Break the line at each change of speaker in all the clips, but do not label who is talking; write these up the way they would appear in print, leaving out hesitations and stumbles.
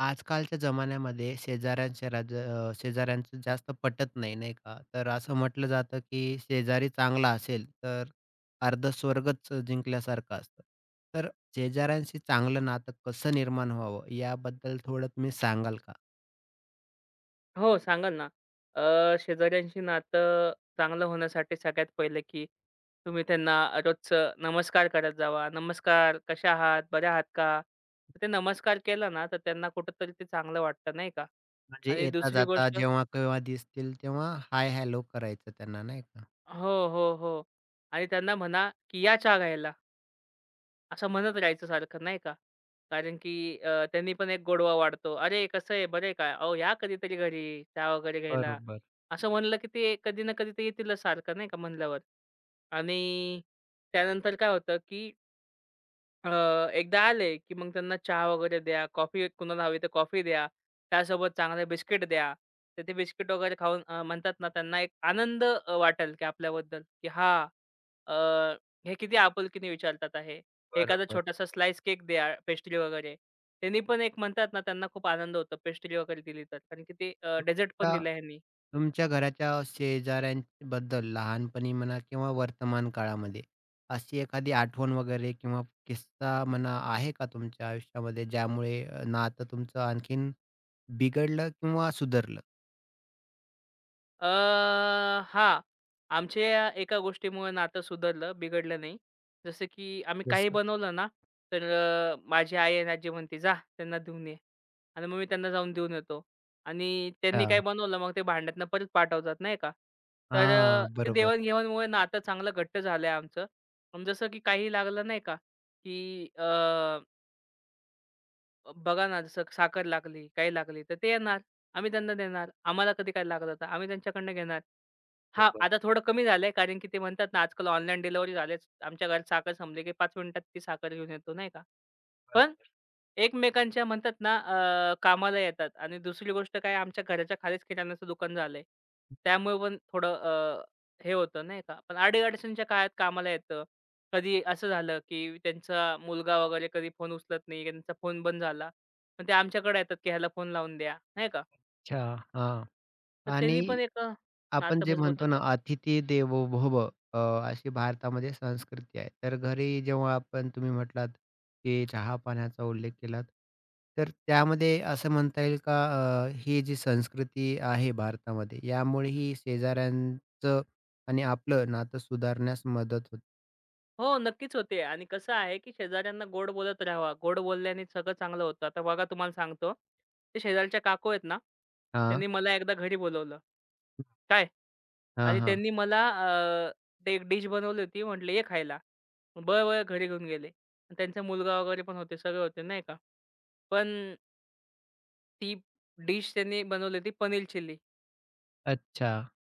आजकालच्या जमान्यामध्ये शेजाऱ्यांच्या राज शेजाऱ्यांचं जास्त पटत नाही, नाही का? तर असं म्हटलं जातं, की शेजारी चांगला असेल, तर अर्ध स्वर्गच जिंकल्यासारखं असतं. तर शेजाऱ्यांशी चांगलं नातं कसं निर्माण व्हावं, याबद्दल थोडं तुम्ही सांगाल का?
हो, सांगाल ना. शेजाऱ्यांशी नातं चांगलं होण्यासाठी सगळ्यात पहिलं, की तुम्ही त्यांना रोजचं नमस्कार करत जावा. "नमस्कार, कशा आहात? बऱ्या आहात का?" तर ते नमस्कार केला ना, तर त्यांना कुठेतरी ते चांगलं वाटतं, नाही का?
म्हणजे
आणि दुसरी
येता-जाता,
गोष्ट
जेव्हा-केव्हा दिसतील, तेव्हा हाय हॅलो करायचं त्यांना, नाही का?
हो, हो, हो. आणि त्यांना म्हणा, की "या चहा घ्यायला." असं म्हणत राहायचं सारखं नाही का? कारण की त्यांनी पण एक गोडवा वाढतो. "अरे कसं आहे? बरं आहे का? अहो या कधीतरी घरी चहा वगैरे घ्यायला."
बरोबर,
असं म्हणलं की ते कधी ना कधी ते येतीलच सारखं नाही का म्हणल्यावर. आणि त्यानंतर काय होतं की अ, एकदा आले, की मग त्यांना चहा वगैरे द्या, कॉफी कुणाला हवी तर कॉफी द्या. त्यासोबत चांगले बिस्किट द्या. तर ते बिस्किट वगैरे खाऊन म्हणतात ना त्यांना एक आनंद वाटेल, की आपल्याबद्दल, की हां, अ, हे किती आपुलकीने विचारतात आहे. एखादा
बरोबर.
छोटासा स्लाइस केक द्या, पेस्ट्री वगैरे. त्यांनी पण एक म्हणतात ना त्यांना खूप आनंद होतो पेस्ट्री वगैरे दिली तर. कारण की ते डेझर्ट पण
तुमच्या
दिलं ह्यांनी.
तुमच्या घराच्या शेजाऱ्यांबद्दल लहानपणी म्हणा किंवा वर्तमान काळामध्ये अशी एखादी आठवण वगैरे किंवा किस्सा म्हणा आहे का तुमच्या आयुष्यामध्ये ज्यामुळे नातं तुमचं आणखीन बिघडलं किंवा सुधारलं?
अ, हां. आमच्या एका गोष्टीमुळे नातं सुधारलं, बिघडलं नाही. जसं की आम्ही काही
जसं
बनवलं ना, तर माझी आई आणि आजी म्हणते, "जा त्यांना देऊन ये." आणि मग मी त्यांना जाऊन देऊन येतो. आणि त्यांनी
अच्छा.
काय बनवलं, मग ते भांड्यातनं परत पाठवतात, नाही का. तर
हां,
ते
बरोबर,
देवाण नातं चांगलं घट्ट झालंय आमचं. पण जसं की काही लागलं, नाही का, की अ अ, बघा ना, जसं साखर लागली, काही लागली तर ते येणार. आम्ही त्यांना देणार. आम्हाला कधी काय लागलं तर आम्ही त्यांच्याकडनं घेणार. हां,
बरोबर,
आता थोडं कमी झालंय कारण की ते म्हणतात ना, आजकाल ऑनलाईन डिलिव्हरी झालेच. आमच्या घरात साखर संपली की 5 मिनिटात ती साखर घेऊन येतो, नाही का? पण
बरोबर.
एकमेकांच्या म्हणतात ना कामाला येतात आणि दुसरी गोष्ट काय आमच्या घराच्या खालीच किराणाचं दुकान झालंय. त्यामुळे पण थोडं हे होतं नाही का. पण अडी-अडचणीच्या काळात कामाला येतं. कधी असं झालं, की त्यांचा मुलगा वगैरे कधी फोन उचलत नाही, त्यांचा फोन बंद झाला. पण ते आमच्याकडे येतात, की ह्याला फोन लावून द्या, नाही का.
अच्छा, हां.
तर
आणि
त्यांनी पण एक
आपण
नातं
जे
मजबूत
म्हणतो ना,
होतं.
"अतिथी देवो भव" अ, अशी भारतामध्ये संस्कृती आहे. तर घरी जेव्हा आपण तुम्ही म्हटलात, की चहा-पाण्याचा उल्लेख केलात, तर त्यामध्ये असं म्हणता येईल का ही जी संस्कृती आहे भारतामध्ये, यामुळे ही शेजाऱ्यांचं आणि आपलं नातं सुधारण्यास मदत होते?
हो, नक्कीच होते आणि कसं आहे, की शेजाऱ्यांना गोड बोलत राहावा. गोड बोलल्याने सगळं चांगलं होतं. आता बघा तुम्हाला सांगतो, ते शेजारच्या काकू आहेत ना,
हां,
त्यांनी मला एकदा घरी बोलावलं. काय
हां,
आणि
हां.
त्यांनी मला ते एक डिश बनवली होती. म्हटले, "ये खायला." बरं, बरं घरी घेऊन गेले. आणि त्यांचा मुलगा वगैरे पण होते, सगळे होते नाही का. पण ती डिश त्यांनी बनवली होती पनीर चिल्ली.
अच्छा.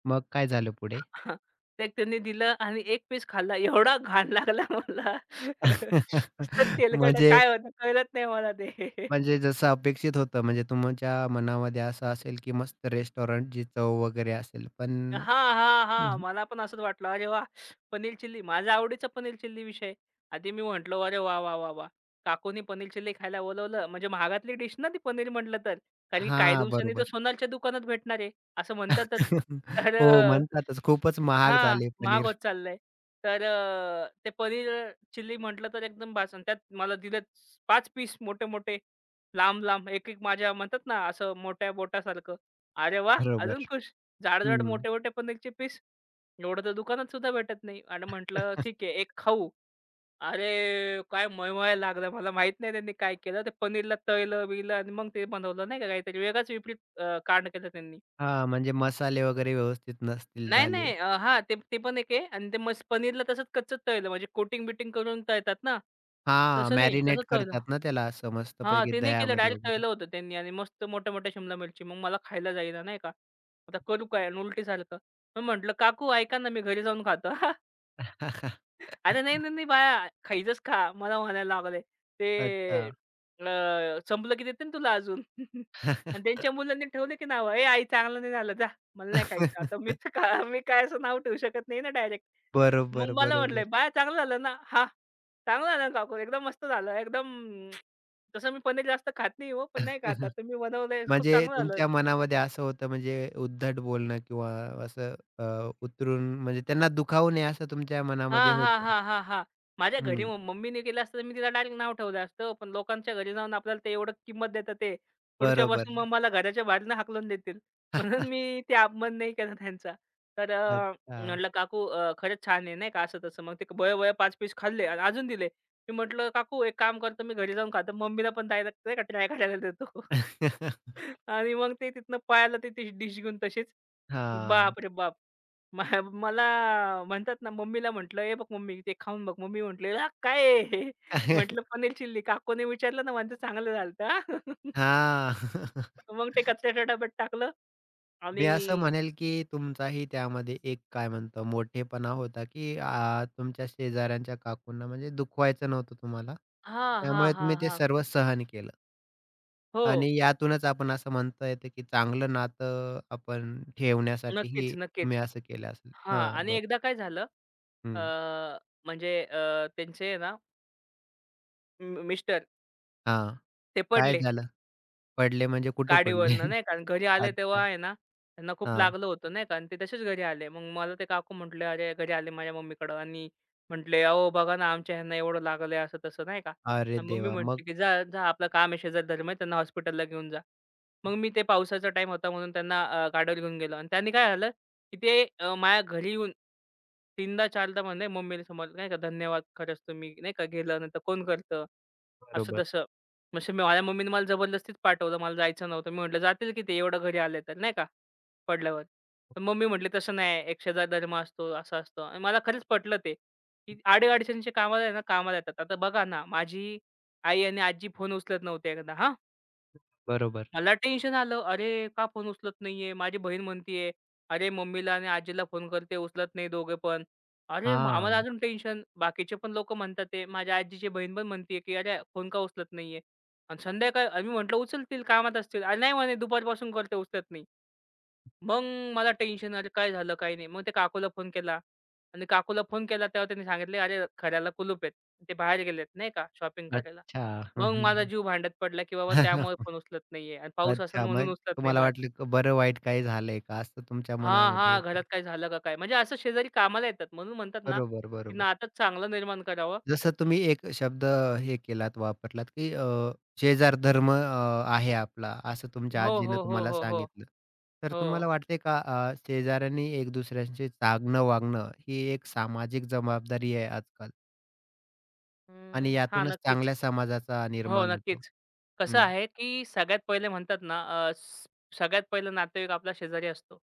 मग काय झालं पुढे?
हां. ते त्यांनी दिलं आणि 1 पीस खाल्ला. एवढा घाण लागला मला. नुसतं तेलकट
म्हणजे
काय होतं कळलंच नाही मला ते.
म्हणजे जसं अपेक्षित होतं, म्हणजे तुमच्या मनामध्ये असं असेल, की मस्त रेस्टॉरंटची चव वगैरे असेल, पण
हां, हां, हां.
हं.
मला पण असंच वाटलं. अरे वाह! पनीर चिल्ली. माझा आवडीचा पनीर चिल्ली विषय. आधी मी म्हटलं, "अरे वाह, वाह, वाह, वाह! काकूनी पनीर चिल्ली खायला बोलवलं." म्हणजे महागातली डिश ना ती पनीर म्हटलं तर. कारण की काही
हां,
दिवसांनी तर
बरोबर.
सोनारच्या दुकानात भेटणार आहे, असं म्हणतातच. तर
हो, म्हणतातच खूपच महाग
हां,
झाले
महाग
पनीर.
होत चाललंय. तर ते पनीर चिल्ली म्हटलं तर एकदम बास आणि त्यात मला दिलेत 5 पीस मोठे-मोठे, लांब-लांब, एक-एक माझ्या म्हणतात ना, असं मोठ्या बोटासारखं. अरे वाह! अजून
बरोबर.
खुश. जाड-जाड,
हं.
मोठे-मोठे पनीरचे पीस. एवढं तर दुकानात सुद्धा भेटत नाही. आणि म्हटलं, "ठीक आहे, एक खाऊ." अरे, काय मळमळायला लागलं. मला माहीत नाही त्यांनी काय केलं. ते पनीरला तळलं-बिळलं आणि मग ते बनवलं नाही का, काहीतरी वेगळाच विपरीत कांड केलं त्यांनी.
हां, म्हणजे मसाले वगैरे व्यवस्थित नसतील
नाही,
झाले.
नाही. हां, ते ते पण एक आहे आणि ते मस्त पनीरला तसंच कच्चंच तळलं म्हणजे कोटिंग-बिटिंग करून तळतात ना,
हां,
तसं नाही, तसंच
मॅरिनेट
तळलं.
करतात ना त्याला असं
हां,
मस्तपैकी
ते नाही केलं
दह्यामध्ये
डायरेक्ट
वगैरे.
तळलं होतं त्यांनी आणि मस्त मोठ्या-मोठ्या शिमला मिरची. मग मला खायला जाईना नाही का. आता करू काय आणि उलटीसारखं. मग म्हटलं, "काकू ऐका ना, मी घरी जाऊन खातो." "अरे नाही, नाही, नाही बाळा, खायचंच खा." मला म्हणायला लागले. "ते
अच्छा.
अ, संपलं की देते ना तुला अजून." आणि त्यांच्या मुलांनी ठेवले की नावं, "ए आई चांगलं नाही झालं जा, मला नाही खायचं." आता मी तर का मी काय असं नाव ठेवू शकत नाही ना डायरेक्ट. मग
बरोबर,
मला म्हटले,
बरोबर.
"बाळा चांगलं झालं ना?" हा? "चांगलं झालं ना काकू, एकदम मस्त झालं. एकदम" तसं मी पनीर जास्त खात नाही हो, पण नाही का आता तुम्ही बनवलंय खूप
म्हणजे
चांगलं झालं.
तुमच्या मनामध्ये असं होतं म्हणजे उद्धट बोलणं किंवा असं अ, उतरून म्हणजे त्यांना दुखावू नये असं तुमच्या
हां,
मनामध्ये
हां,
होतं.
हां, हां, हां. माझ्या घरी
हं,
मम्मीने केलं असतं, तर मी तिला डायरेक्ट नाव ठेवलं असतं. पण लोकांच्या घरी जाऊन आपल्याला ते एवढं किंमत देतात ते. पुढच्या पासून मग
बरोबर.
मला घराच्या बाहेरनं हाकलून देतील. म्हणून मी ते अपमान नाही केला त्यांचा. तर
अच्छा.
म्हटलं, "काकू खरंच छान आहे," नाही का असं-तसं. मग ते बळे-बळे 5 पीस खाल्ले आणि अजून दिले. मी म्हटलं, "काकू एक काम करतो, मी घरी जाऊन खातो." मम्मीला पण डायरेक्ट नाही का ट्राय करायला देतो आणि मग ते तिथनं पळायला ते डिश घेऊन तशीच.
हां.
बाप रे बाप! मग मला म्हणतात ना, मम्मीला म्हटलं, "हे बघ मम्मी, ते खाऊन बघ." मम्मी म्हटली, " काय आहे?"
हां.
म्हटलं, "पनीर चिल्ली." काकूने विचारलं ना, म्हणते, "चांगलं झालं होतं, हां." मग ते कचऱ्याच्या डब्यात टाकलं
मी
आणि
असं म्हणेल की तुमचाही त्यामध्ये एक काय म्हणतो मोठेपणा होता की आ, तुमच्या शेजाऱ्यांच्या काकूंना म्हणजे दुखवायचं नव्हतं तुम्हाला.
हां, हां,
त्यामुळे
हां,
तुम्ही ते
हां.
सर्व सहन केलं.
हो,
आणि यातूनच आपण असं म्हणता येतं, की चांगलं नातं आपण
नक्कीच,
ठेवण्यासाठीही
नक्कीच.
तुम्ही असं केलं असेल.
हां
हां,
आणि
बरं.
एकदा काय झालं अ,
हं.
म्हणजे त्यांचे ना, मिस्टर
हां.
ते
काय
पडले.
झालं? पडले म्हणजे कुठं पडले?
गाडीवरनं नाही का आणि घरी आले
अच्छा.
तेव्हा आहे ना, त्यांना खूप
हां.
लागलं होतं नाही का आणि ते तसेच घरी आले. मग मला ते काकू म्हटले, "अरे" घरी आले माझ्या मम्मीकडं आणि म्हटले, "अहो बघा ना, आमच्या ह्यांना एवढं लागलंय," असं तसं नाही का.
अरे
आणि मम्मी
देवा! मग?
म्हटली, की "जा, जा आपलं काम आहे, शेजारधर्म आहे, त्यांना हॉस्पिटलला घेऊन जा." मग मी ते पावसाचा टाईम होता म्हणून त्यांना गाडीवर घेऊन गेलो आणि त्यांनी काय झालं, की ते माझ्या घरी येऊन 3दा-4दा म्हणले मम्मीला समोर नाही का, "धन्यवाद खरंच तुम्ही नाही का केलं, नाही तर कोण करतं?" असं
बरोबर,
तसं. म्हणजे माझ्या मम्मीने मला जबरदस्तीच पाठवलं. मला जायचं नव्हतं. मी म्हटलं, "जातील की ते एवढं घरी आले तर," नाही का, पडल्यावर. पण मम्मी म्हटली, "तसं नाही. एक धर्म असतो, असा असतो." आणि मला खरंच पटलं ते, की आडी-अडचणीच्या कामाला आहे ना, कामाला येतात. आता बघा ना, माझी आई आणि आजी फोन उचलत नव्हते एकदा हां.
बरोबर.
मला टेन्शन आलं. अरे, का फोन उचलत नाहीये? माझी बहीण म्हणतीये, "अरे, मम्मीला आणि आजीला फोन करते, उचलत नाही दोघे पण." अरे, मग आम्हाला
हां.
अजून टेन्शन. बाकीचे पण लोकं म्हणतात आहे. माझ्या आजीची बहीण पण म्हणतीये, की "अरे, फोन का उचलत नाहीये?" आणि संध्याकाळ आणि म्हटलं, "उचलतील, कामात असतील." "अरे, नाही म्हणे दुपारपासून करते, उचलत नाही." मग मला टेन्शन अरे काय झालं? काय नाही. मग त्या काकूला फोन केला आणि काकूला फोन केला तेव्हा त्यांनी सांगितले, "अरे घराला कुलूप आहेत." ते बाहेर गेलेत नाही का शॉपिंग करायला.
अच्छा. हं,
मग माझा
हं,
जीव भांड्यात पडला, की
हं.
बाबा त्यामुळे फोन उचलत नाहीये आणि पाऊस असेल
अच्छा.
म्हणून
मग
उचलत नाही
तुम्हाला
बाहेर.
वाटलं बरं वाईट काही झालंय का? असं तुमच्या
हां,
मनामध्ये
हां.
होतं.
घरात काय झालं का काय? म्हणजे असं शेजारी कामाला येतात म्हणून म्हणतात ना,
बरोबर,
की
बरोबर.
नातं चांगलं निर्माण करावं.
जसं तुम्ही एक शब्द हे केलात, वापरलात, की शेजार धर्म आहे आपला, असं तुमच्या
हो,
आजीनं
हो, हो,
तुम्हाला
हो, हो.
सांगितलं. तर
हो.
तुम्हाला वाटते का शेजाऱ्यांनी एक दुसऱ्यांशी चागणं वागणं ही एक सामाजिक जबाबदारी आहे आजकाल
अं,
आणि
हां,
यातूनच
नक्कीच.
चांगल्या समाजाचा
हो,
निर्माण होतो?
नक्कीच. कसं
हं,
आहे, की सगळ्यात पहिले म्हणतात ना, अ, स सगळ्यात पहिला नातेवाईक आपला शेजारी असतो.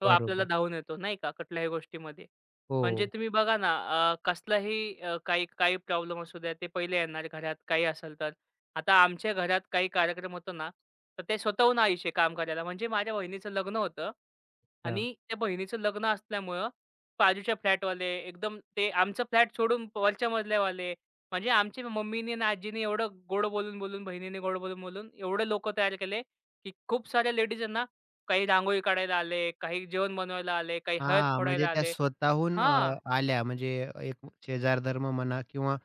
तो आपल्याला
बरोबर.
धावून येतो, नाही का, कुठल्याही गोष्टीमध्ये.
हो.
म्हणजे तुम्ही बघा ना, कसलाही काही काही प्रॉब्लेम असू द्या, ते पहिले येणार घरात, काही असेल तर. आता आमच्या घरात काही कार्यक्रम होतो ना, तर ते स्वतःहून आयुष्य काम करायला. म्हणजे माझ्या बहिणीचं लग्न होतं आणि त्या बहिणीचं लग्न असल्यामुळं बाजूच्या फ्लॅटवाले एकदम ते आमचं फ्लॅट सोडून वरच्या मजल्यावाले म्हणजे आमची मम्मीनी आणि आजीनी एवढं गोड बोलून, बोलून, बहिणीने गोड बोलून, बोलून एवढे लोकं तयार केले, की खूप साऱ्या लेडीज ना, काही रांगोळी काढायला आले, काही जेवण बनवायला आले, काही हळद
हां, म्हणजे
फोडायला
त्या
आले.
स्वतःहून
हां,
आल्या म्हणजे एक शेजार धर्म म्हणा किंवा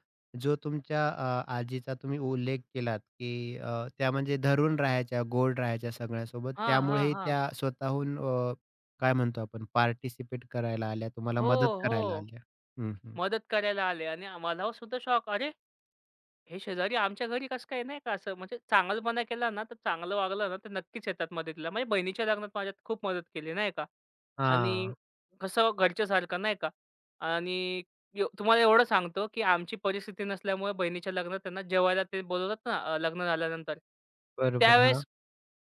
जो तुमच्या आजीचा तुम्ही उल्लेख केलात, की त्या म्हणजे धरून राहायच्या, गोड राहायच्या सगळ्यांसोबत.
हां, हां,
त्यामुळेही
हां.
त्या स्वतःहून काय म्हणतो आपण पार्टिसिपेट करायला आल्या, तुम्हाला
हो,
मदत करायला
हो.
आल्या. हं, हं.
मदत करायला आले आणि मला सुद्धा शॉक. अरे, हे शेजारी आमच्या घरी कसं काय नाही का असं म्हणजे चांगलपणा केला ना, तर चांगलं वागलं ना, तर नक्कीच येतात मदतीला. म्हणजे बहिणीच्या लग्नात माझ्यात खूप मदत केली नाही का. आणि
हां,
कसं घरच्यासारखं नाही का? आणि यो तुम्हाला एवढं सांगतो, की आमची परिस्थिती नसल्यामुळे बहिणीच्या लग्नात त्यांना जेवायला ते बोलवतात ना लग्न झाल्यानंतर.
बरोबर. हां,
त्यावेळेस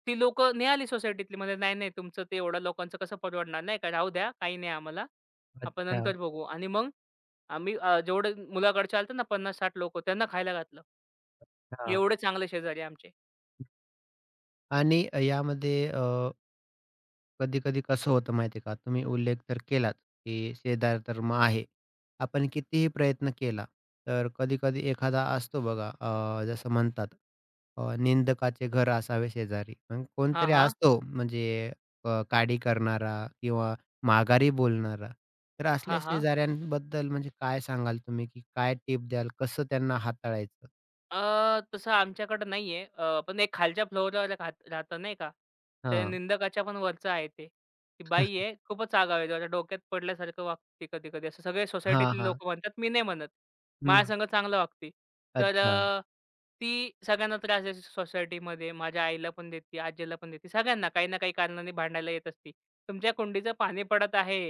ती लोक नाही आली सोसायटीतली. म्हणाले, "नाही, नाही तुमचं ते एवढ्या लोकांचं कसं परवडणार नाही का? राहू द्या, काही नाही आम्हाला. आपण
अच्छा.
नंतर बघू." आणि मग आम्ही जेवढे मुलाकडचे आले ना 50-60 लोकं त्यांना खायला घातलं.
हां.
एवढे चांगले शेजारी आमचे.
आणि यामध्ये कधी-कधी कसं होतं माहिती का? तुम्ही उल्लेख तर केलाच, की शेजार धर्म आहे. आपण कितीही प्रयत्न केला, तर कधी-कधी एखादा असतो बघा जसं म्हणतात निंदकाचे घर असावे शेजारी. पण
हां,
कोणतरी
हां.
असतो म्हणजे काडी करणारा किंवा माघारी बोलणारा. तर असल्या
हां, हां.
शेजाऱ्यांबद्दल म्हणजे काय सांगाल तुम्ही, की काय टिप द्याल? कसं त्यांना हाताळायचं?
अ, तसं आमच्याकडं नाहीये. अ, पण एक खालच्या फ्लोअरला राहत राहतं नाही का? ते
हां.
निंदकाच्या पण वरचं आहे ते. ती बाई आहे, खूपच आगाऊ आहे. जरा डोक्यात पडल्यासारखं वागते कधी-कधी. असं सगळे
हां,
सोसायटीतले
हां.
लोकं म्हणतात, मी नाही म्हणत.
हं.
माझ्यासंग चांगलं वागते. तर
अच्छा.
अ, ती सगळ्यांना त्रास द्यायची सोसायटीमध्ये. माझ्या आईला पण देते, आजीला पण देते. सगळ्यांना काही ना काही कारणाने भांडायला येत असते. तुमच्या कुंडीचं पाणी पडत आहे.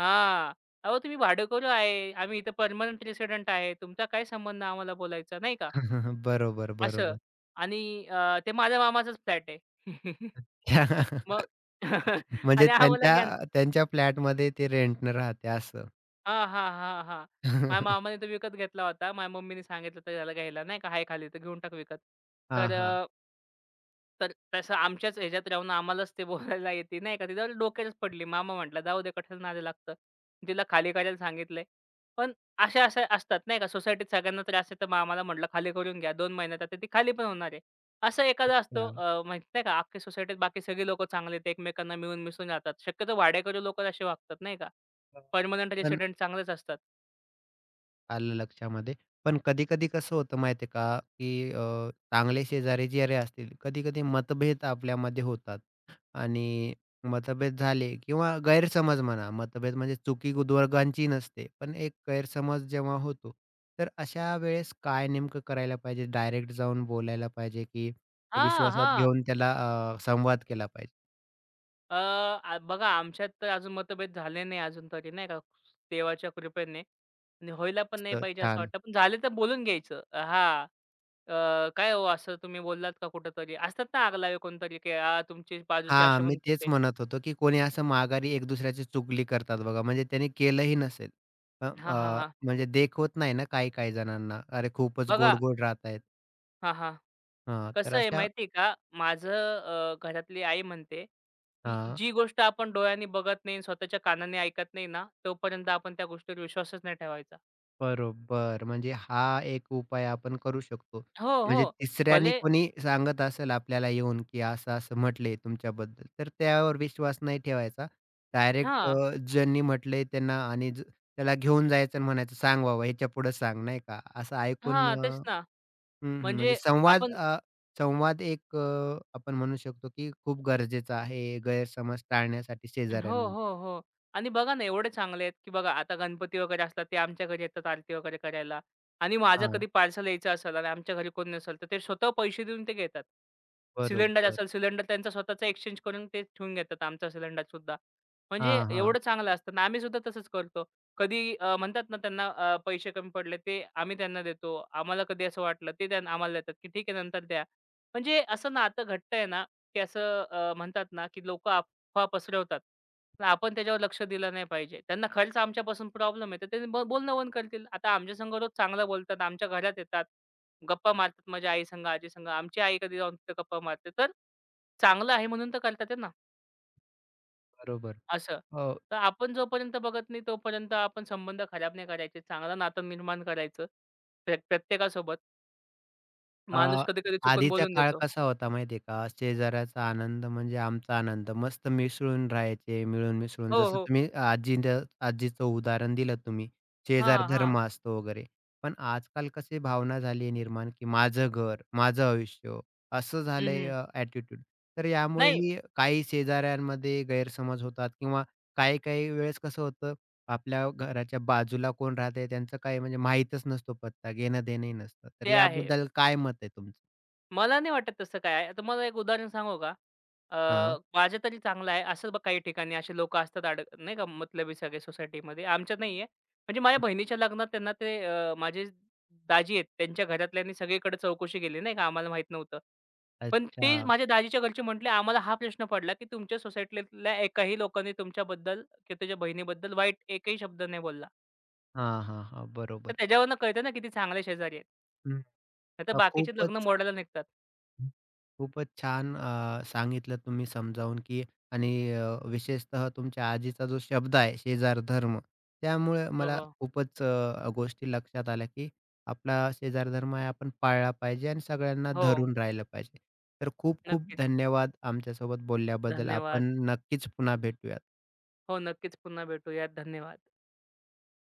हां. अहो, तुम्ही भाडेकरू आहे. आम्ही इथं पर्मनंट रेसिडेंट आहे. तुमचा काय संबंध आम्हाला बोलायचा, नाही का?
बरोबर,
असं
बरोबर.
आणि अ, ते माझ्या मामाचाच फ्लॅट आहे. मग
म्हणजे
आणि आम्हाला
त्यांच्या
ज्ञान
त्यांच्या फ्लॅटमध्ये ते रेंटनं राहते असं.
हां, हां, हां, हां. माझ्या मामाने तो विकत घेतला होता. माझ्या मम्मीने सांगितलं तर ह्याला घ्यायला नाही का, आहे खाली तर घेऊन टाक विकत. तर
हां, हां.
अ, तर तसं आमच्याच ह्याच्यात राहून आम्हालाच ते बोलायला येते नाही का, ती जरा डोक्यातच पडली. मामा म्हटला, "जाऊ दे कशाला नादी लागतं." तिला खाली करायला सांगितलंय. पण अशा अशा असतात नाही का सोसायटीत सगळ्यांना त्रास आहे, तर मामाला म्हटलं, "खाली करून घ्या." 2 महिन्यात आता ती खाली पण होणार आहे. असा एखादा असतो
अच्छा.
अ, माहीत नाही का अख्ख्या सोसायटीत बाकी सगळी लोकं चांगले आहेत, एकमेकांना मिळून मिसळून राहतात. शक्यतो भाडेकरू लोकं असे वागतात नाही का. पर्मनंट
पण
रेसिडेंट चांगलेच असतात.
आलं लक्षामध्ये. पण कधी-कधी कसं होतं माहिती आहे का, की चांगले शेजारी जरी असतील, कधी-कधी मतभेद आपल्यामध्ये होतात आणि मतभेद झाले किंवा गैरसमज म्हणा, मतभेद म्हणजे चुकी दोघांची नसते, पण एक गैरसमज जेव्हा होतो, तर अशा वेळेस काय नेमकं करायला पाहिजे? डायरेक्ट जाऊन बोलायला पाहिजे, की
हां,
विश्वासात
हां.
घेऊन त्याला संवाद केला
अ, आ, बघा आमच्यात तर अजून मतभेद झाले नाही अजून तरी नाही का. देवाच्या कृपेने आणि व्हायला पण नाही
मस्त,
पाहिजे असं
छान.
वाटतं. पण झाले तर बोलून घ्यायचं. हां, "काय हो असं तुम्ही बोललात का कुठेतरी?" असतात ना आगलावे कोणतरी, की "आ, तुमची बाजूचे
हां,
असे
मी
म्हणत
तेच
होते."
म्हणत होतो, की कोणी असं माघारी एक दुसऱ्याची चुगली करतात बघा, म्हणजे त्याने केलंही नसेल. अ,
हां, हां,
अ,
हां.
म्हणजे देखवत नाही ना काही-काही जणांना. अरे, खूपच
बघा
गोड-गोड राहतायत.
हां, हां.
हां, तर
कसं आहे
अशा
माहिती आहे का? माझं घरातली आई म्हणते, की
हां.
जी गोष्ट आपण डोळ्यांनी बघत नाही, स्वतःच्या कानाने ऐकत नाही ना, तोपर्यंत आपण त्या गोष्टीवर विश्वासच नाही ठेवायचा.
बरोबर. म्हणजे हा एक उपाय आपण करू शकतो.
हो, हो.
म्हणजे तिसऱ्याने
भले
कोणी सांगत असेल आपल्याला येऊन, की असं-असं म्हटले तुमच्याबद्दल, तर त्यावर विश्वास नाही ठेवायचा. डायरेक्ट
हां.
ज्यांनी म्हटले त्यांना आणि त्याला घेऊन जायचं आणि म्हणायचं, "सांग बाबा, ह्याच्यापुढे सांग," नाही का? असं ऐकून
हा, तेच ना.
हं, हं. म्हणजे
म्हणजे आपण
संवाद एक आपण म्हणू शकतो, की खूप गरजेचा आहे गैरसमज टाळण्यासाठी
हो,
शेजाऱ्यांमध्ये.
हो, हो. आणि बघा ना, एवढे चांगले आहेत, की बघा आता गणपती वगैरे असतात ते आमच्या घरी येतात आरती वगैरे करायला आणि माझं
हां,
कधी पार्सल यायचं असेल आणि आमच्या घरी कोणी नसेल, तर ते स्वतः पैसे देऊन ते घेतात. सिलेंडर
बरोबर.
असेल, सिलेंडर त्यांचा स्वतःचा एक्सचेंज करून ते ठेवून घेतात आमचा सिलेंडरसुद्धा. म्हणजे
हां, हां.
एवढं चांगलं असतं आणि आम्हीसुद्धा तसंच करतो. कधी म्हणतात ना त्यांना पैसे कमी पडले ते आम्ही त्यांना देतो. आम्हाला कधी असं वाटलं ते आम्हाला देतात, की ठीक आहे नंतर द्या. म्हणजे असं नातं घट्ट आहे ना, की असं म्हणतात ना, की लोकं अफवा पसरवतात. पण आपण त्याच्यावर लक्ष दिलं नाही पाहिजे. त्यांना खरंच आमच्यापासून प्रॉब्लेम आहे, तर ते बोलणं बंद करतील. आता आमच्या संग रोज चांगलं बोलतात, आमच्या घरात येतात, गप्पा मारतात माझ्या आई संग, आजी संग. आमची आई कधी जाऊन तिथं गप्पा मारते, तर चांगलं आहे म्हणून तर करतात आहे ना,
बरोबर.
असं.
हो.
तर आपण जोपर्यंत बघत नाही, तोपर्यंत आपण संबंध खराब नाही करायचे. चांगलं नातं निर्माण करायचं प्रत्येकासोबत. माणूस
अ,
कधी-कधी चुकून
आधीचा
बोलून
काळ
देतो.
कसा होता माहिती आहे का? शेजाऱ्याचा आनंद म्हणजे आमचा आनंद. मस्त मिसळून राहायचे, मिळून मिसळून.
हो,
जसं
हो.
तुम्ही आजीनं आजीचं उदाहरण दिलं तुम्ही. शेजार
हां, हां.
धर्म असतो वगैरे. पण आजकाल कसे भावना झाली आहे निर्माण, की माझं घर, माझं आयुष्य असं
हं,
झालंय
हं.
ॲटिट्यूड. तर
नाही,
यामुळेही काही शेजाऱ्यांमध्ये गैरसमज होतात किंवा काही-काही वेळेस कसं होतं आपल्या घराच्या बाजूला कोण राहतंय त्यांचं काही म्हणजे माहीतच नसतो पत्ता, घेणं-देणंही नसतं. तर
ते आहे.
याबद्दल काय मत आहे तुमचं?
मला नाही वाटत तसं काय आहे. तुम्हाला एक उदाहरण सांगू का? अ,
हां.
माझं तरी चांगलं आहे. असं बघ काही ठिकाणी असे लोकं असतात नाही का मतलबी सगळे सोसायटीमध्ये. आमच्यात नाहीये. म्हणजे माझ्या बहिणीच्या लग्नात त्यांना ते माझे दाजी आहेत, त्यांच्या घरातल्यांनी सगळीकडे चौकशी केली नाही का, आम्हाला माहीत नव्हतं. पण ते
अच्छा.
माझ्या दाजीच्या घरचे म्हटले, "आम्हाला हा प्रश्न पडला, की तुमच्या सोसायटीतल्या एकाही लोकांनी तुमच्याबद्दल किंवा तुझ्या बहिणीबद्दल वाईट एकही शब्द नाही बोलला."
हां, हां, हां.
तर
बरोबर.
त्याच्यावरनं कळतं ना किती चांगले शेजारी आहेत.
हं.
नाहीतर
अ,
बाकीचे लग्न
खूपच
मोडायला निघतात.
खूपच छान सांगितलं तुम्ही समजावून, की आणि विशेषतः तुमच्या आजीचा जो शब्द आहे शेजारधर्म, त्यामुळे
हो,
मला
हो.
खूपच गोष्टी लक्षात आल्या, की आपला शेजारधर्म आहे आपण पाळला पाहिजे आणि सगळ्यांना
हो,
धरून राहिलं पाहिजे. तर खूप खूप
नक्कीच.
धन्यवाद आमच्यासोबत बोलल्याबद्दल. आपण
धन्यवाद.
नक्कीच पुन्हा भेटूयात.
हो, नक्कीच. पुन्हा भेटूयात. धन्यवाद.